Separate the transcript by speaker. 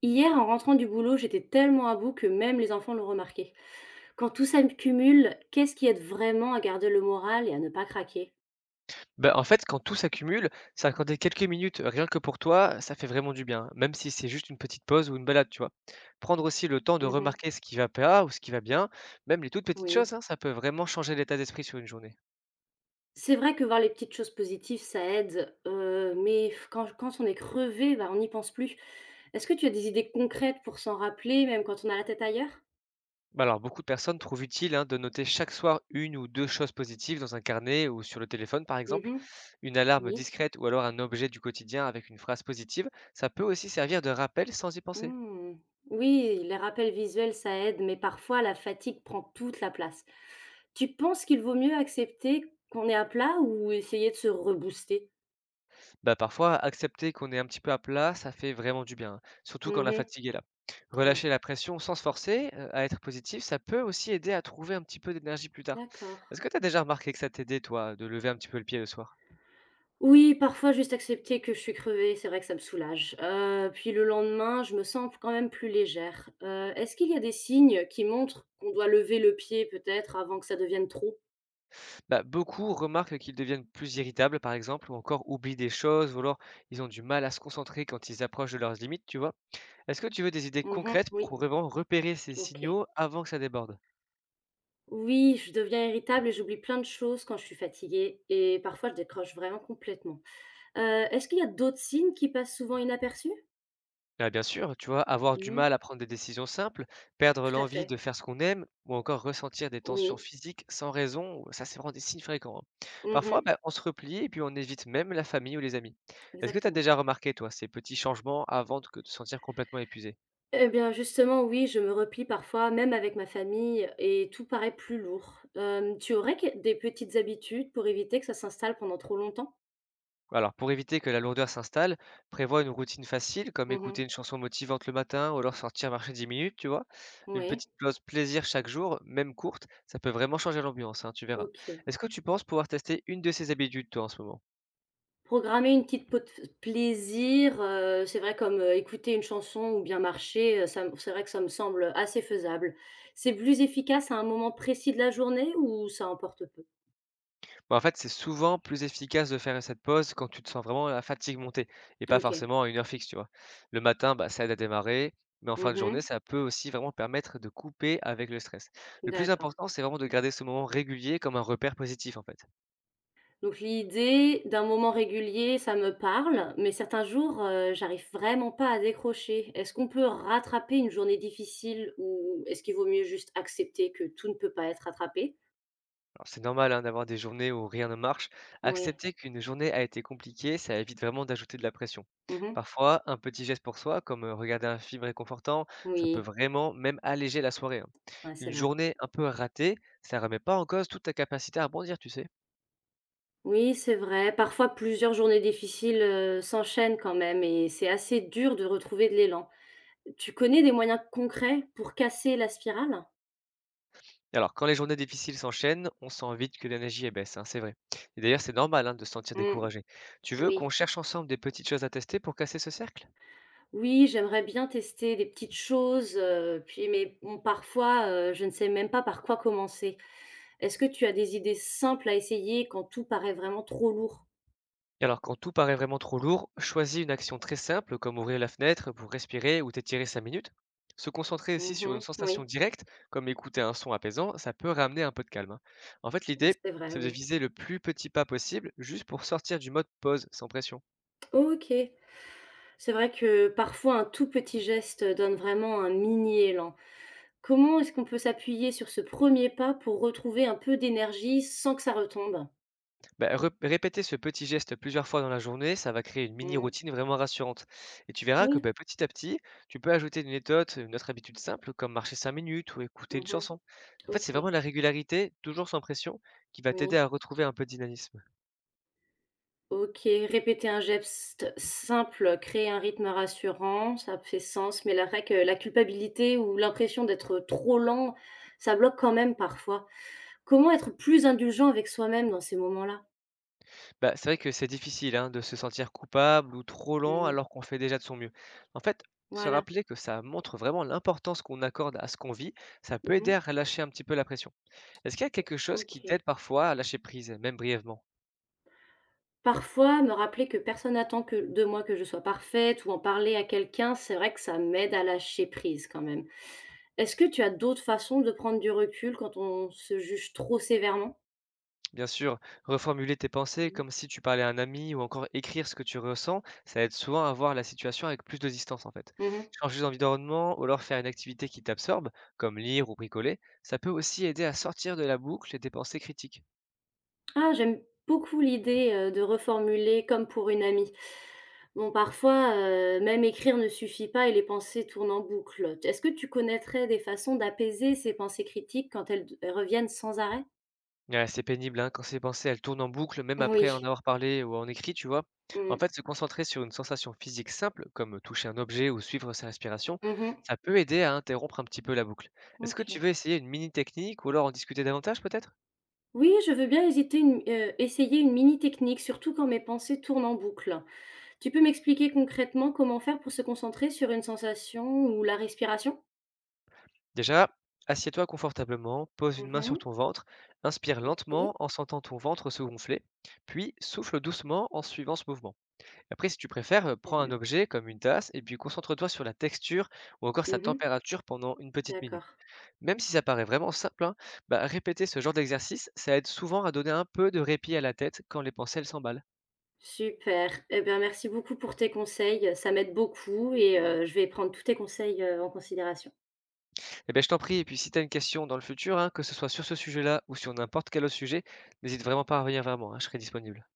Speaker 1: Hier, en rentrant du boulot, j'étais tellement à bout que même les enfants l'ont remarqué. Quand tout s'accumule, qu'est-ce qui aide vraiment à garder le moral et à ne pas craquer?
Speaker 2: Bah, en fait, quand tout s'accumule, s'accorder quelques minutes rien que pour toi, ça fait vraiment du bien, même si c'est juste une petite pause ou une balade, tu vois. Prendre aussi le temps de
Speaker 1: Mhm.
Speaker 2: remarquer ce qui va pas ou ce qui va bien, même les toutes petites
Speaker 1: Oui,
Speaker 2: choses, hein, ça peut vraiment changer l'état d'esprit sur une journée.
Speaker 1: c'est vrai que voir les petites choses positives, ça aide, mais quand on est crevé, bah, on n'y pense plus. Est-ce que tu as des idées concrètes pour s'en rappeler, même quand on a la tête ailleurs?
Speaker 2: Alors, beaucoup de personnes trouvent utile, hein, de noter chaque soir une ou deux choses positives dans un carnet ou sur le téléphone, par exemple.
Speaker 1: Mhm.
Speaker 2: Une alarme
Speaker 1: Oui.
Speaker 2: discrète ou alors un objet du quotidien avec une phrase positive, ça peut aussi servir de rappel sans y penser.
Speaker 1: Hmm. Oui, les rappels visuels, ça aide, mais parfois la fatigue prend toute la place. Tu penses qu'il vaut mieux accepter qu'on est à plat ou essayer de se rebooster?
Speaker 2: Bah, parfois, accepter qu'on est un petit peu à plat, ça fait vraiment du bien, hein, surtout quand la
Speaker 1: Mmh.
Speaker 2: fatigue est là.
Speaker 1: Oui,
Speaker 2: Relâcher la pression sans se forcer, à être positif, ça peut aussi aider à trouver un petit peu d'énergie plus tard.
Speaker 1: d'accord.
Speaker 2: Est-ce que tu as déjà remarqué que ça t'aidait, toi, de lever un petit peu le pied le soir?
Speaker 1: Oui, parfois juste accepter que je suis crevée, c'est vrai que ça me soulage, puis le lendemain, je me sens quand même plus légère. Est-ce qu'il y a des signes qui montrent qu'on doit lever le pied peut-être avant que ça devienne trop?
Speaker 2: Bah, beaucoup remarquent qu'ils deviennent plus irritables, par exemple, ou encore oublient des choses, ou alors ils ont du mal à se concentrer quand ils approchent de leurs limites, tu vois? Est-ce que tu veux des idées
Speaker 1: Mmh,
Speaker 2: concrètes
Speaker 1: oui.
Speaker 2: pour vraiment repérer ces
Speaker 1: OK.
Speaker 2: signaux avant que ça déborde?
Speaker 1: Oui, je deviens irritable et j'oublie plein de choses quand je suis fatiguée, et parfois je décroche vraiment complètement. Est-ce qu'il y a d'autres signes qui passent souvent inaperçus?
Speaker 2: Ah, bien sûr, tu vois, avoir du
Speaker 1: Mmh,
Speaker 2: mal à prendre des décisions simples, perdre
Speaker 1: tout à
Speaker 2: l'envie
Speaker 1: fait.
Speaker 2: de faire ce qu'on aime, ou encore ressentir des tensions
Speaker 1: Oui.
Speaker 2: physiques sans raison, ça c'est vraiment des signes fréquents, hein. Parfois,
Speaker 1: Mmh.
Speaker 2: bah, on se replie et puis on évite même la famille ou les amis. Est-ce que tu as
Speaker 1: Exactement.
Speaker 2: déjà remarqué, toi, ces petits changements avant de te sentir complètement épuisé?
Speaker 1: Eh bien, justement, oui, je me replie parfois, même avec ma famille, et tout paraît plus lourd. Hem, tu aurais que des petites habitudes pour éviter que ça s'installe pendant trop longtemps?
Speaker 2: Alors, pour éviter que la lourdeur s'installe, prévois une routine facile, comme
Speaker 1: Mmh mh.
Speaker 2: écouter une chanson motivante le matin ou alors sortir marcher 10 minutes, tu vois. Une
Speaker 1: Ouais,
Speaker 2: petite pause plaisir chaque jour, même courte, ça peut vraiment changer l'ambiance, hein, tu verras.
Speaker 1: OK.
Speaker 2: Est-ce que tu penses pouvoir tester une de ces habitudes, toi, en ce moment?
Speaker 1: Programmer une petite pause plaisir, c'est vrai, comme, écouter une chanson ou bien marcher, ça m c'est vrai que ça me semble assez faisable. C'est plus efficace à un moment précis de la journée ou ça emporte peu?
Speaker 2: Bah, en fait, c'est souvent plus efficace de faire cette pause quand tu te sens vraiment la fatigue monter, et pas
Speaker 1: OK.
Speaker 2: forcément à une heure fixe, tu vois. Le matin, bah, ça aide à démarrer. Mais en fin de journée,
Speaker 1: Mmh,
Speaker 2: ça peut aussi vraiment permettre de couper avec le stress. Le plus
Speaker 1: d'accord.
Speaker 2: important, c'est vraiment de garder ce moment régulier comme un repère positif, en fait.
Speaker 1: Donc l'idée d'un moment régulier, ça me parle, mais certains jours, j'arrive vraiment pas à décrocher. Est-ce qu'on peut rattraper une journée difficile, ou est-ce qu'il vaut mieux juste accepter que tout ne peut pas être rattrapé?
Speaker 2: Alors, c'est normal, hein, d'avoir des journées où rien ne marche.
Speaker 1: Oui.
Speaker 2: Accepter qu'une journée a été compliquée, ça évite vraiment d'ajouter de la pression.
Speaker 1: Mmh.
Speaker 2: Parfois, un petit geste pour soi, comme regarder un film réconfortant, ça peut
Speaker 1: Oui.
Speaker 2: vraiment même alléger la soirée, hein.
Speaker 1: Ouais, c'est
Speaker 2: Une
Speaker 1: vrai.
Speaker 2: journée un peu ratée, ça remet pas en cause toute ta capacité à rebondir, tu sais.
Speaker 1: Oui, c'est vrai. Parfois plusieurs journées difficiles, s'enchaînent quand même, et c'est assez dur de retrouver de l'élan. Tu connais des moyens concrets pour casser la spirale?
Speaker 2: Alors, quand les journées difficiles s'enchaînent, on sent vite que l'énergie est baisse, hein, c'est vrai. Et d'ailleurs, c'est normal, hein, de se sentir
Speaker 1: Mmh,
Speaker 2: découragé. Tu veux qu'on
Speaker 1: oui.
Speaker 2: cherche ensemble des petites choses à tester pour casser ce cercle?
Speaker 1: Oui, j'aimerais bien tester des petites choses, puis mais bon, parfois, je ne sais même pas par quoi commencer. Est-ce que tu as des idées simples à essayer quand tout paraît vraiment trop lourd?
Speaker 2: Et alors, quand tout paraît vraiment trop lourd, choisis une action très simple comme ouvrir la fenêtre pour respirer ou t'étirer 5 minutes. Se concentrer aussi sur une
Speaker 1: Mmh,
Speaker 2: sensation
Speaker 1: oui,
Speaker 2: directe, comme écouter un son apaisant, ça peut ramener un peu de calme, hein. En fait, l'idée,
Speaker 1: c'est vrai,
Speaker 2: c'est de
Speaker 1: oui.
Speaker 2: viser le plus petit pas possible juste pour sortir du mode pause sans pression.
Speaker 1: OK. C'est vrai que parfois un tout petit geste donne vraiment un mini élan. Comment est-ce qu'on peut s'appuyer sur ce premier pas pour retrouver un peu d'énergie sans que ça retombe?
Speaker 2: Bah, rep répéter ce petit geste plusieurs fois dans la journée, ça va créer une mini
Speaker 1: Mmh.
Speaker 2: routine vraiment rassurante. Et tu verras que,
Speaker 1: Oui.
Speaker 2: bah, petit à petit, tu peux ajouter une méthode, une autre habitude simple, comme marcher 5 minutes ou écouter une
Speaker 1: Mmh.
Speaker 2: chanson. En fait, c'est vraiment
Speaker 1: OK.
Speaker 2: la régularité, toujours sans pression, qui va
Speaker 1: Oui.
Speaker 2: t'aider à retrouver un peu de dynamisme.
Speaker 1: OK, répéter un geste simple, créer un rythme rassurant, ça fait sens, mais la vrai que la culpabilité ou l'impression d'être trop lent, ça bloque quand même parfois. Comment être plus indulgent avec soi-même dans ces moments-là?
Speaker 2: Bah, c'est vrai que c'est difficile, hein, de se sentir coupable ou trop lent
Speaker 1: Mmh,
Speaker 2: alors qu'on fait déjà de son mieux. En fait, se
Speaker 1: voilà.
Speaker 2: rappeler que ça montre vraiment l'importance qu'on accorde à ce qu'on vit, ça peut aider
Speaker 1: Mmh.
Speaker 2: à relâcher un petit peu la pression. Est-ce qu'il y a quelque chose qui
Speaker 1: OK.
Speaker 2: t'aide parfois à lâcher prise, même brièvement?
Speaker 1: Parfois, me rappeler que personne n'attend que de moi que je sois parfaite, ou en parler à quelqu'un, c'est vrai que ça m'aide à lâcher prise quand même. Est-ce que tu as d'autres façons de prendre du recul quand on se juge trop sévèrement?
Speaker 2: Bien sûr, reformuler tes pensées
Speaker 1: Mmh.
Speaker 2: comme si tu parlais à un ami ou encore écrire ce que tu ressens, ça aide souvent à voir la situation avec plus de distance, en fait.
Speaker 1: Mmh.
Speaker 2: Changer d'environnement ou alors faire une activité qui t'absorbe, comme lire ou bricoler, ça peut aussi aider à sortir de la boucle et des pensées critiques.
Speaker 1: Ah, j'aime beaucoup l'idée, de reformuler comme pour une amie. Bon, parfois, même écrire ne suffit pas et les pensées tournent en boucle. Est-ce que tu connaîtrais des façons d'apaiser ces pensées critiques quand elles reviennent sans arrêt?
Speaker 2: Ouais, c'est pénible, hein, quand ces pensées elles tournent en boucle, même après en
Speaker 1: Oui.
Speaker 2: avoir parlé ou en écrit, tu vois. En
Speaker 1: Mmh.
Speaker 2: fait, se concentrer sur une sensation physique simple, comme toucher un objet ou suivre sa respiration,
Speaker 1: Mmh.
Speaker 2: ça peut aider à interrompre un petit peu la boucle. Est-ce que tu
Speaker 1: OK.
Speaker 2: veux essayer une mini technique ou alors en discuter davantage peut-être?
Speaker 1: Oui, je veux bien hésiter une essayer une mini technique, surtout quand mes pensées tournent en boucle. Tu peux m'expliquer concrètement comment faire pour se concentrer sur une sensation ou la respiration?
Speaker 2: Déjà, assieds-toi confortablement, pose une main sur
Speaker 1: Mmh.
Speaker 2: ton ventre, inspire lentement
Speaker 1: OK,
Speaker 2: en sentant ton ventre se gonfler, puis souffle doucement en suivant ce mouvement. Après, si tu préfères,
Speaker 1: très
Speaker 2: prends un
Speaker 1: bien.
Speaker 2: objet comme une tasse et puis concentre-toi sur la texture ou encore sa
Speaker 1: Mmh,
Speaker 2: température pendant une petite minute.
Speaker 1: d'accord.
Speaker 2: Même si ça paraît vraiment simple, hein, bah, répéter ce genre d'exercice, ça aide souvent à donner un peu de répit à la tête quand les pensées elles s'emballent.
Speaker 1: Super. Eh bien, merci beaucoup pour tes conseils. Ça m'aide beaucoup, et je vais prendre tous tes conseils, en considération.
Speaker 2: Eh ben, je t'en prie, et puis si tu as une question dans le futur, hein, que ce soit sur ce sujet-là ou sur n'importe quel autre sujet, n'hésite vraiment pas à revenir vers moi, hein, je serai disponible.